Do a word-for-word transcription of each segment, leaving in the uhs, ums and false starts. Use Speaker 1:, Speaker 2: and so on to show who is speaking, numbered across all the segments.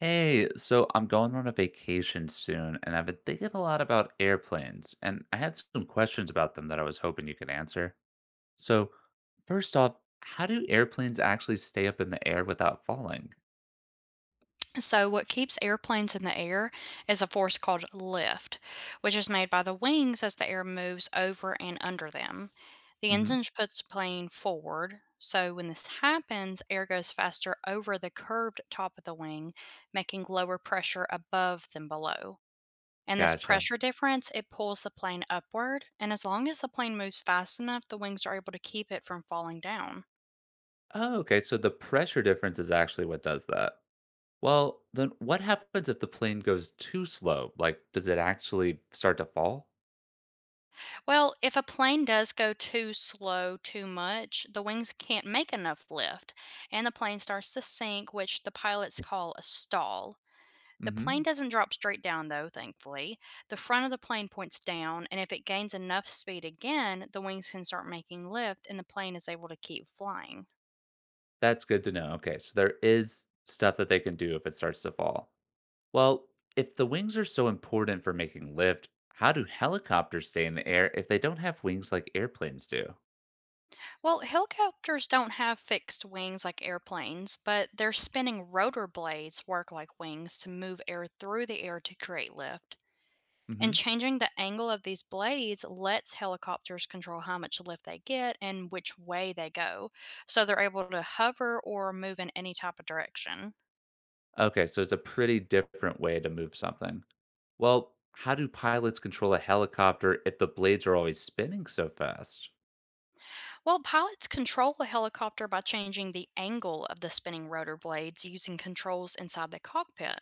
Speaker 1: Hey, so I'm going on a vacation soon, and I've been thinking a lot about airplanes, and I had some questions about them that I was hoping you could answer. So, first off, how do airplanes actually stay up in the air without falling?
Speaker 2: So, what keeps airplanes in the air is a force called lift, which is made by the wings as the air moves over and under them. The
Speaker 1: Hmm.
Speaker 2: engine puts the plane forward. So, when this happens, air goes faster over the curved top of the wing, making lower pressure above than below. And this
Speaker 1: Gotcha.
Speaker 2: pressure difference, it pulls the plane upward. And as long as the plane moves fast enough, the wings are able to keep it from falling down.
Speaker 1: Oh, okay, so the pressure difference is actually what does that. Well, then what happens if the plane goes too slow? Like, does it actually start to fall?
Speaker 2: Well, if a plane does go too slow too much, the wings can't make enough lift, and the plane starts to sink, which the pilots call a stall. The plane
Speaker 1: Hmm.
Speaker 2: doesn't drop straight down, though, thankfully. The front of the plane points down, and if it gains enough speed again, the wings can start making lift, and the plane is able to keep flying.
Speaker 1: That's good to know. Okay, so there is stuff that they can do if it starts to fall. Well, if the wings are so important for making lift, how do helicopters stay in the air if they don't have wings like airplanes do?
Speaker 2: Well, helicopters don't have fixed wings like airplanes, but their spinning rotor blades work like wings to move air through the air to create lift. And
Speaker 1: Hmm.
Speaker 2: changing the angle of these blades lets helicopters control how much lift they get and which way they go. So they're able to hover or move in any type of direction.
Speaker 1: Okay, so it's a pretty different way to move something. Well, how do pilots control a helicopter if the blades are always spinning so fast?
Speaker 2: Well, pilots control the helicopter by changing the angle of the spinning rotor blades using controls inside the cockpit.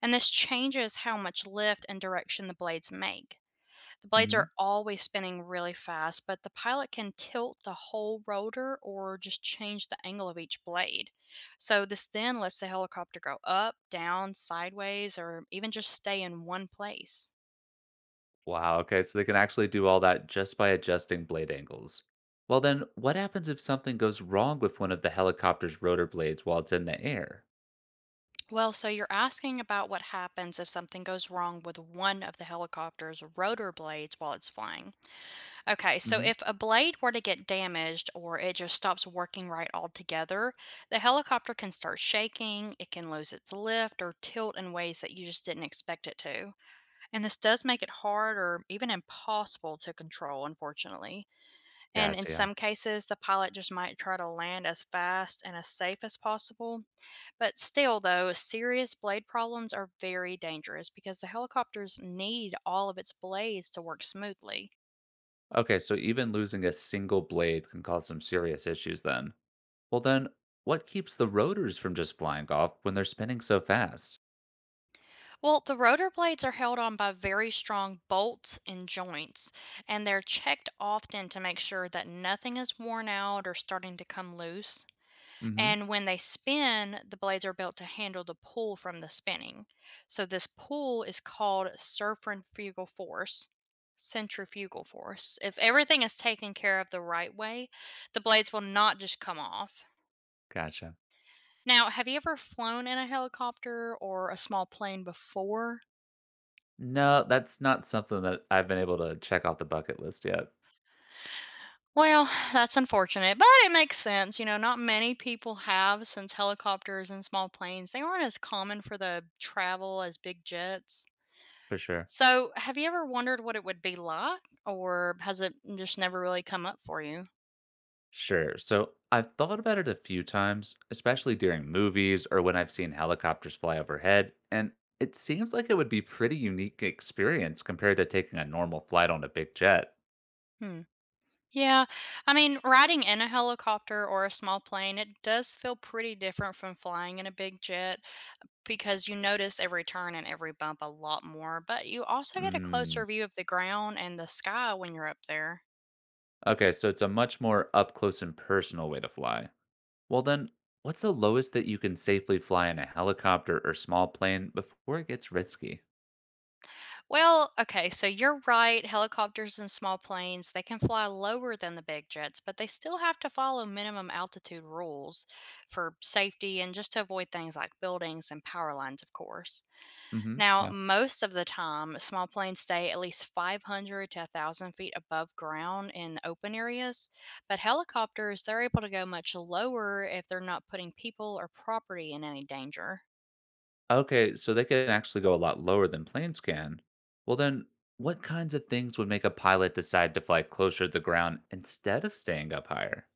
Speaker 2: And this changes how much lift and direction the blades make. The blades
Speaker 1: Hmm.
Speaker 2: are always spinning really fast, but the pilot can tilt the whole rotor or just change the angle of each blade. So, this then lets the helicopter go up, down, sideways, or even just stay in one place.
Speaker 1: Wow, okay, so they can actually do all that just by adjusting blade angles. Well, then, what happens if something goes wrong with one of the helicopter's rotor blades while it's in the air?
Speaker 2: Well, so you're asking about what happens if something goes wrong with one of the helicopter's rotor blades while it's flying. Okay, so
Speaker 1: Hmm.
Speaker 2: if a blade were to get damaged or it just stops working right altogether, the helicopter can start shaking, it can lose its lift or tilt in ways that you just didn't expect it to. And this does make it hard or even impossible to control, unfortunately. And in
Speaker 1: Gotcha. Yeah.
Speaker 2: some cases, the pilot just might try to land as fast and as safe as possible. But still, though, serious blade problems are very dangerous because the helicopters need all of its blades to work smoothly.
Speaker 1: Okay, so even losing a single blade can cause some serious issues then. Well, then, what keeps the rotors from just flying off when they're spinning so fast?
Speaker 2: Well, the rotor blades are held on by very strong bolts and joints, and they're checked often to make sure that nothing is worn out or starting to come loose.
Speaker 1: Mm hmm.
Speaker 2: And when they spin, the blades are built to handle the pull from the spinning. So, this pull is called centrifugal force. Centrifugal force. If everything is taken care of the right way, the blades will not just come off.
Speaker 1: Gotcha.
Speaker 2: Now, have you ever flown in a helicopter or a small plane before?
Speaker 1: No, that's not something that I've been able to check off the bucket list yet,
Speaker 2: Well, that's unfortunate, but it makes sense. You know, not many people have, since helicopters and small planes, they aren't as common for the travel as big jets.
Speaker 1: for sure.
Speaker 2: So, have you ever wondered what it would be like, or has it just never really come up for you?
Speaker 1: Sure. So I've thought about it a few times, especially during movies or when I've seen helicopters fly overhead, and it seems like it would be pretty unique experience compared to taking a normal flight on a big jet.
Speaker 2: Hmm. Yeah, I mean, riding in a helicopter or a small plane, it does feel pretty different from flying in a big jet because you notice every turn and every bump a lot more, but you also get a
Speaker 1: Mm.
Speaker 2: closer view of the ground and the sky when you're up there.
Speaker 1: Okay, so it's a much more up close and personal way to fly. Well, then, what's the lowest that you can safely fly in a helicopter or small plane before it gets risky?
Speaker 2: Well, okay, so you're right. Helicopters and small planes, they can fly lower than the big jets, but they still have to follow minimum altitude rules for safety and just to avoid things like buildings and power lines, of course.
Speaker 1: Hmm.
Speaker 2: Now,
Speaker 1: Yeah.
Speaker 2: most of the time, small planes stay at least five hundred to a thousand feet above ground in open areas, but helicopters, they're able to go much lower if they're not putting people or property in any danger.
Speaker 1: Okay, so they can actually go a lot lower than planes can. Well, then, what kinds of things would make a pilot decide to fly closer to the ground instead of staying up higher?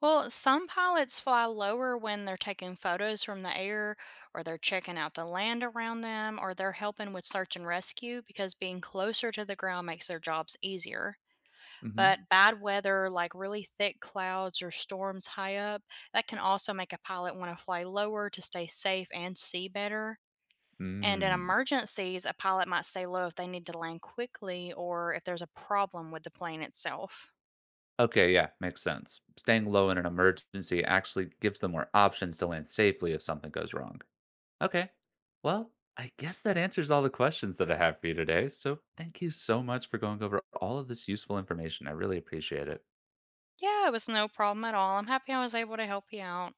Speaker 2: Well, some pilots fly lower when they're taking photos from the air, or they're checking out the land around them, or they're helping with search and rescue because being closer to the ground makes their jobs easier.
Speaker 1: Hmm.
Speaker 2: But bad weather, like really thick clouds or storms high up, that can also make a pilot want to fly lower to stay safe and see better. And in
Speaker 1: Mm.
Speaker 2: emergencies, a pilot might stay low if they need to land quickly or if there's a problem with the plane itself.
Speaker 1: Okay, yeah, makes sense. Staying low in an emergency actually gives them more options to land safely if something goes wrong. Okay. Well, I guess that answers all the questions that I have for you today. So thank you so much for going over all of this useful information. I really appreciate it.
Speaker 2: Yeah, it was no problem at all. I'm happy I was able to help you out.